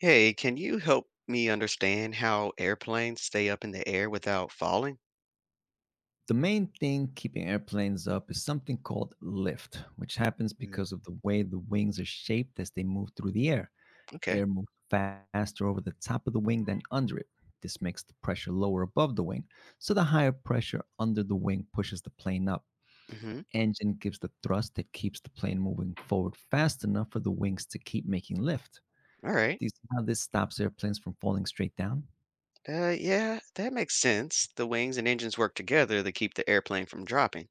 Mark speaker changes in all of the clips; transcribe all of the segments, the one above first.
Speaker 1: Hey, can you help me understand how airplanes stay up in the air without falling?
Speaker 2: The main thing keeping airplanes up is something called lift, which happens
Speaker 1: Mm,
Speaker 2: because of the way the wings are shaped as they move through the air.
Speaker 1: okay.
Speaker 2: Air moves faster over the top of the wing than under it. This makes the pressure lower above the wing, so the higher pressure under the wing pushes the plane up.
Speaker 1: Mm-hmm.
Speaker 2: Engine gives the thrust that keeps the plane moving forward fast enough for the wings to keep making lift.
Speaker 1: All right.
Speaker 2: Do you see how this stops airplanes from falling straight down?
Speaker 1: Yeah, that makes sense. The wings and engines work together to keep the airplane from dropping.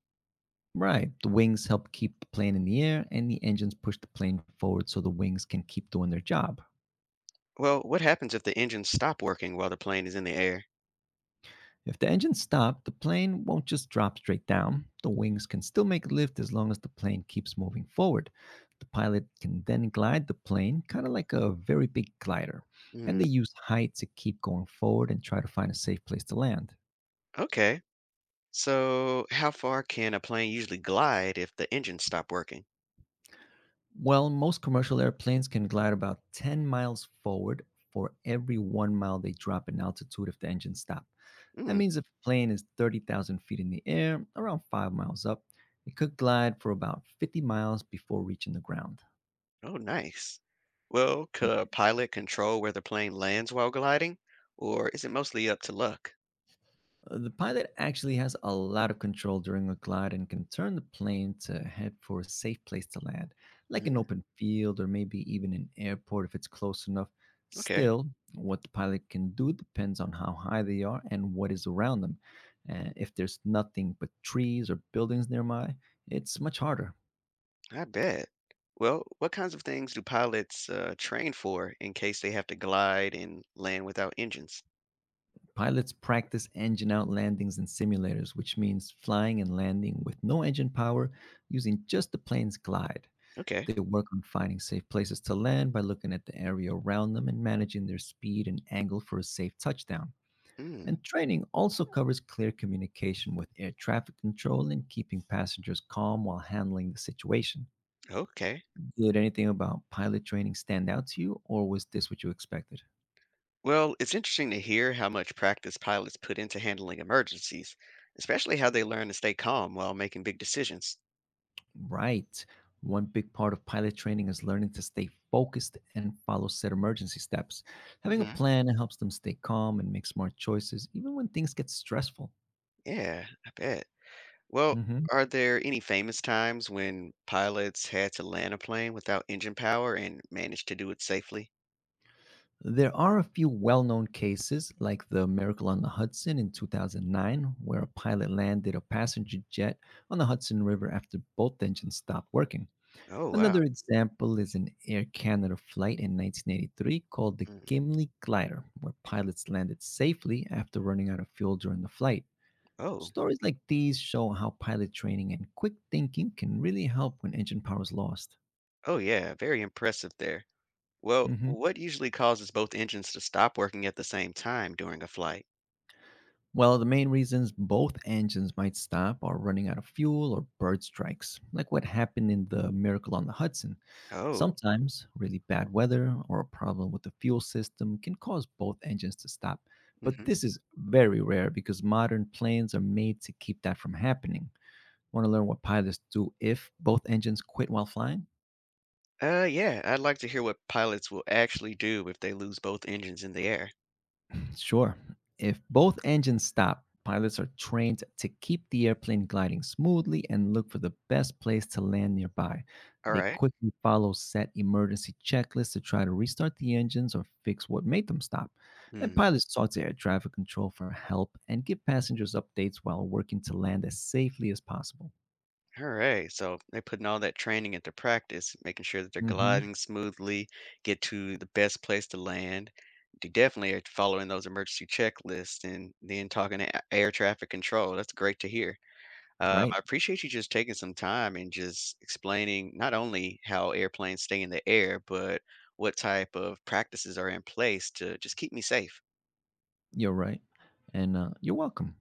Speaker 2: Right. The wings help keep the plane in the air, and the engines push the plane forward so the wings can keep doing their job.
Speaker 1: Well, what happens if the engines stop working while the plane is in the air?
Speaker 2: If the engines stop, the plane won't just drop straight down. The wings can still make a lift as long as the plane keeps moving forward. The pilot can then glide the plane, kind of like a very big glider, and
Speaker 1: Mm,
Speaker 2: they use height to keep going forward and try to find a safe place to land.
Speaker 1: okay. So, how far can a plane usually glide if the engines stop working?
Speaker 2: Well, most commercial airplanes can glide about 10 miles forward for every 1 mile they drop in altitude if the engines stop. That
Speaker 1: Mm,
Speaker 2: means if a plane is 30,000 feet in the air, around 5 miles up, it could glide for about 50 miles before reaching the ground.
Speaker 1: oh, nice. Well, could a pilot control where the plane lands while gliding, or is it mostly up to luck?
Speaker 2: The pilot actually has a lot of control during a glide and can turn the plane to head for a safe place to land, like an
Speaker 1: Mm,
Speaker 2: open field or maybe even an airport if it's close enough.
Speaker 1: okay.
Speaker 2: Still, what the pilot can do depends on how high they are and what is around them. If there's nothing but trees or buildings nearby, it's much harder.
Speaker 1: I bet. Well, what kinds of things do pilots train for in case they have to glide and land without engines?
Speaker 2: Pilots practice engine out landings in simulators, which means flying and landing with no engine power using just the plane's glide.
Speaker 1: Okay.
Speaker 2: They work on finding safe places to land by looking at the area around them and managing their speed and angle for a safe touchdown.
Speaker 1: Mm,
Speaker 2: And training also covers clear communication with air traffic control and keeping passengers calm while handling the situation.
Speaker 1: okay.
Speaker 2: Did anything about pilot training stand out to you, or was this what you expected?
Speaker 1: Well, it's interesting to hear how much practice pilots put into handling emergencies, especially how they learn to stay calm while making big decisions.
Speaker 2: Right. One big part of pilot training is learning to stay focused and follow set emergency steps. Having a
Speaker 1: Hmm.
Speaker 2: plan helps them stay calm and make smart choices, even when things get stressful.
Speaker 1: Yeah, I bet. Well,
Speaker 2: Hmm.
Speaker 1: are there any famous times when pilots had to land a plane without engine power and managed to do it safely?
Speaker 2: There are a few well known cases, like the Miracle on the Hudson in 2009, where a pilot landed a passenger jet on the Hudson River after both engines stopped working.
Speaker 1: Oh, wow.
Speaker 2: Another example is an Air Canada flight in 1983 called the
Speaker 1: Mm.
Speaker 2: Gimli Glider, where pilots landed safely after running out of fuel during the flight.
Speaker 1: Oh,
Speaker 2: Stories like these show how pilot training and quick thinking can really help when engine power is lost.
Speaker 1: oh, yeah. Very impressive there. Well,
Speaker 2: Mhm.
Speaker 1: what usually causes both engines to stop working at the same time during a flight?
Speaker 2: Well, the main reasons both engines might stop are running out of fuel or bird strikes, like what happened in the Miracle on the Hudson.
Speaker 1: Oh,
Speaker 2: Sometimes, really bad weather or a problem with the fuel system can cause both engines to stop, but
Speaker 1: hmm.
Speaker 2: this is very rare because modern planes are made to keep that from happening. Want to learn what pilots do if both engines quit while flying?
Speaker 1: Yeah, I'd like to hear what pilots will actually do if they lose both engines in the air.
Speaker 2: Sure. If both engines stop, pilots are trained to keep the airplane gliding smoothly and look for the best place to land nearby.
Speaker 1: All
Speaker 2: They
Speaker 1: right.
Speaker 2: quickly follow set emergency checklists to try to restart the engines or fix what made them stop. And
Speaker 1: Mm,
Speaker 2: pilots talk to air traffic control for help and give passengers updates while working to land as safely as possible.
Speaker 1: all right. So they're putting all that training into practice, making sure that they're
Speaker 2: Hmm.
Speaker 1: gliding smoothly, get to the best place to land. They definitely are following those emergency checklists and then talking to air traffic control. That's great to hear. I
Speaker 2: Right.
Speaker 1: appreciate you just taking some time and just explaining not only how airplanes stay in the air, but what type of practices are in place to just keep me safe.
Speaker 2: You're right. And you're welcome.